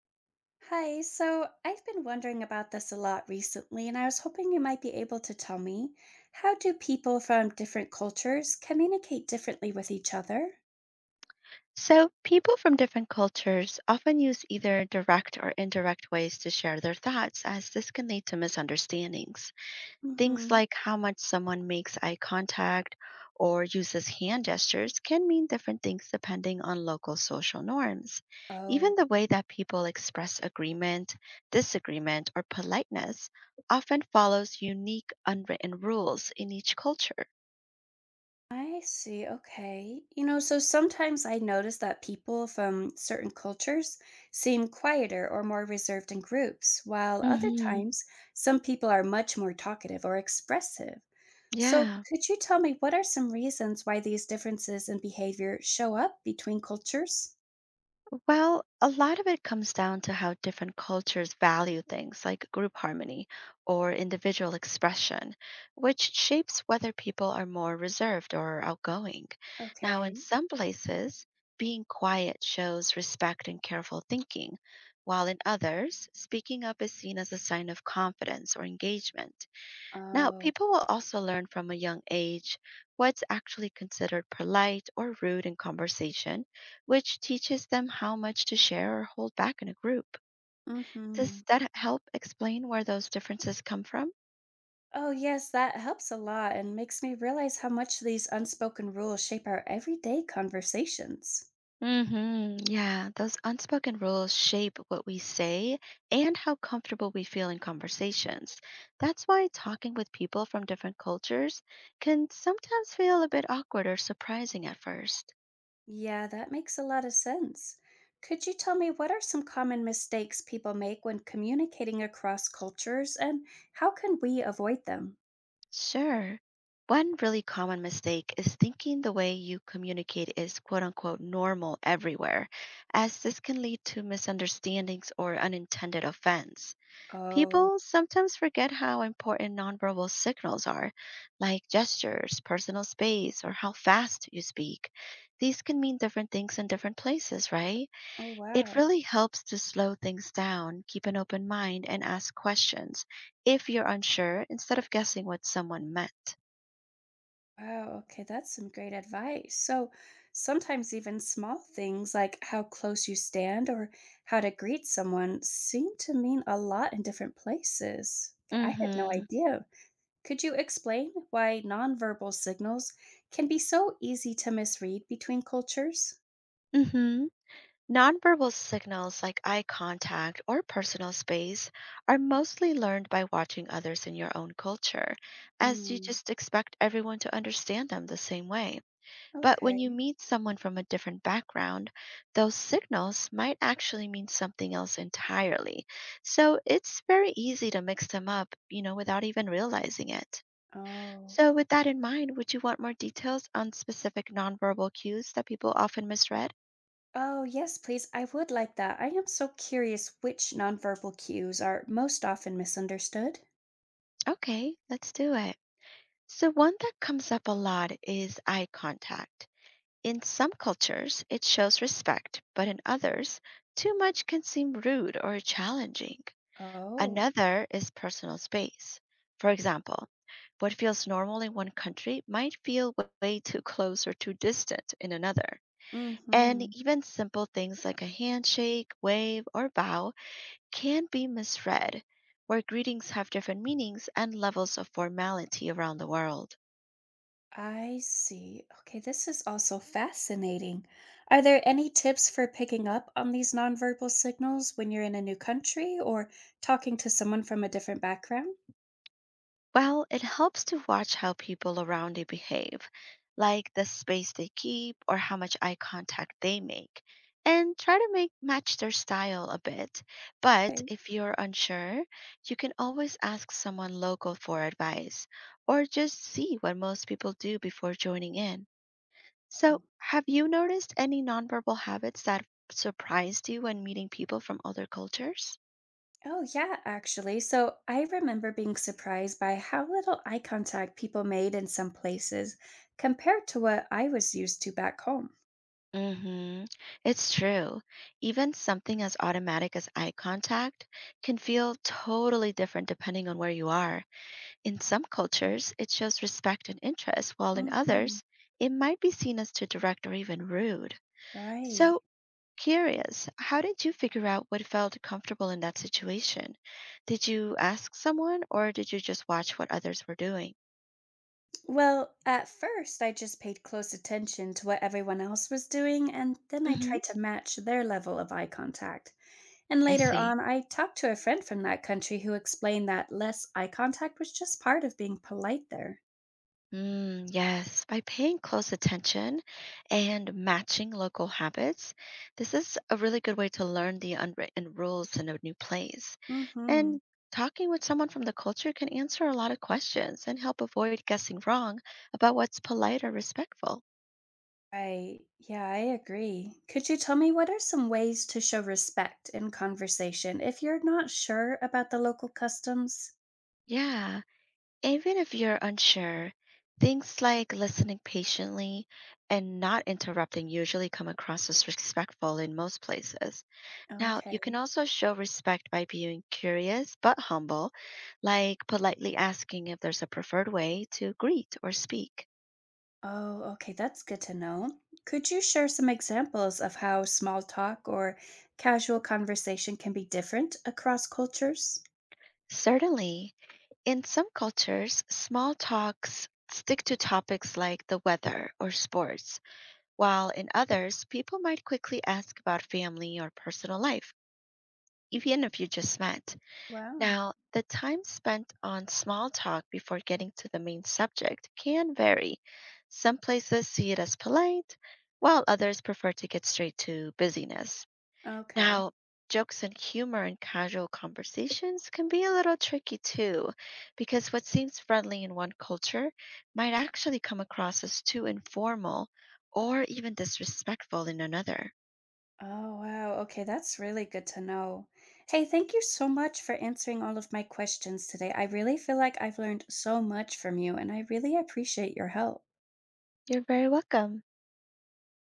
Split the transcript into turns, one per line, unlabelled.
Hi, so I've been wondering about this a lot recently, and I was hoping you might be able to tell me how do people from different cultures communicate differently with each other?
So, people from different cultures often use either direct or indirect ways to share their thoughts, as this can lead to misunderstandings. Things
Hmm.
like how much someone makes eye contact or uses hand gestures can mean different things depending on local social norms. Even
Oh.
the way that people express agreement, disagreement, or politeness often follows unique unwritten rules in each culture.
I see. Okay. So sometimes I notice that people from certain cultures seem quieter or more reserved in groups, while other
hmm
times some people are much more talkative or expressive. So,
Yeah.
could you tell me what are some reasons why these differences in behavior show up between cultures?
Well, a lot of it comes down to how different cultures value things like group harmony or individual expression, which shapes whether people are more reserved or outgoing. Now, in
Okay.
some places, being quiet shows respect and careful thinking, while in others, speaking up is seen as a sign of confidence or engagement. Now,
Oh.
people will also learn from a young age what's actually considered polite or rude in conversation, which teaches them how much to share or hold back in a group. Does
Mhm.
that help explain where those differences come from?
Oh, yes, that helps a lot and makes me realize how much these unspoken rules shape our everyday conversations.
Yeah, those unspoken rules shape what we say and how comfortable we feel in conversations. That's why talking with people from different cultures can sometimes feel a bit awkward or surprising at first.
Yeah, that makes a lot of sense. Could you tell me what are some common mistakes people make when communicating across cultures and how can we avoid them?
Sure. One really common mistake is thinking the way you communicate is quote unquote normal everywhere, as this can lead to misunderstandings or unintended offense.
Oh,
People sometimes forget how important nonverbal signals are, like gestures, personal space, or how fast you speak. These can mean different things in different places, right?
oh,
It
wow.
really helps to slow things down, keep an open mind, and ask questions if you're unsure instead of guessing what someone meant.
Wow, okay, that's some great advice. So sometimes even small things like how close you stand or how to greet someone seem to mean a lot in different places. Okay, I had no
Mm-hmm.
idea. Could you explain why nonverbal signals can be so easy to misread between cultures?
Mm-hmm. Nonverbal signals like eye contact or personal space are mostly learned by watching others in your own culture, as you
Mm,
just expect everyone to understand them the same way. But when you
okay.
meet someone from a different background, those signals might actually mean something else entirely. So it's very easy to mix them up, without even realizing it.
Oh.
So, with that in mind, would you want more details on specific nonverbal cues that people often misread?
Oh, yes, please. I would like that. I am so curious which nonverbal cues are most often misunderstood.
Okay, let's do it. So, one that comes up a lot is eye contact. In some cultures, it shows respect, but in others, too much can seem rude or challenging.
Oh.
Another is personal space. For example, what feels normal in one country might feel way too close or too distant in another. And
Mm-hmm.
even simple things like a handshake, wave, or bow can be misread, where greetings have different meanings and levels of formality around the world.
I see. Okay, this is also fascinating. Are there any tips for picking up on these nonverbal signals when you're in a new country or talking to someone from a different background?
Well, it helps to watch how people around you behave, like the space they keep or how much eye contact they make, and try to make match their style a bit. But
Okay.
if you're unsure, you can always ask someone local for advice or just see what most people do before joining in. So, have you noticed any nonverbal habits that surprised you when meeting people from other cultures?
Oh, yeah, actually. So I remember being surprised by how little eye contact people made in some places compared to what I was used to back home.
Mm-hmm. It's true. Even something as automatic as eye contact can feel totally different depending on where you are. In some cultures, it shows respect and interest, while in
Hmm.
others, it might be seen as too direct or even rude.
Right.
So, curious, how did you figure out what felt comfortable in that situation? Did you ask someone or did you just watch what others were doing?
Well, at first, I just paid close attention to what everyone else was doing, and then I
Mm-hmm.
tried to match their level of eye contact. And
I
later
see.
on, I talked to a friend from that country who explained that less eye contact was just part of being polite there.
Mm, yes, by paying close attention and matching local habits, this is a really good way to learn the unwritten rules in a new place.
Hmm.
And talking with someone from the culture can answer a lot of questions and help avoid guessing wrong about what's polite or respectful.
Right. Yeah, I agree. Could you tell me what are some ways to show respect in conversation if you're not sure about the local customs?
Yeah, even if you're unsure, things like listening patiently and not interrupting usually come across as respectful in most places. Now, you can
Okay.
also show respect by being curious but humble, like politely asking if there's a preferred way to greet or speak.
Oh, okay. That's good to know. Could you share some examples of how small talk or casual conversation can be different across cultures?
Certainly, in some cultures, small talks stick to topics like the weather or sports, while in others, people might quickly ask about family or personal life, even if you just met.
Wow.
Now, the time spent on small talk before getting to the main subject can vary. Some places see it as polite, while others prefer to get straight to busyness.
Okay.
Now, jokes and humor in casual conversations can be a little tricky too, because what seems friendly in one culture might actually come across as too informal or even disrespectful in another.
Oh, wow. Okay, that's really good to know. Hey, thank you so much for answering all of my questions today. I really feel like I've learned so much from you, and I really appreciate your help.
You're very welcome.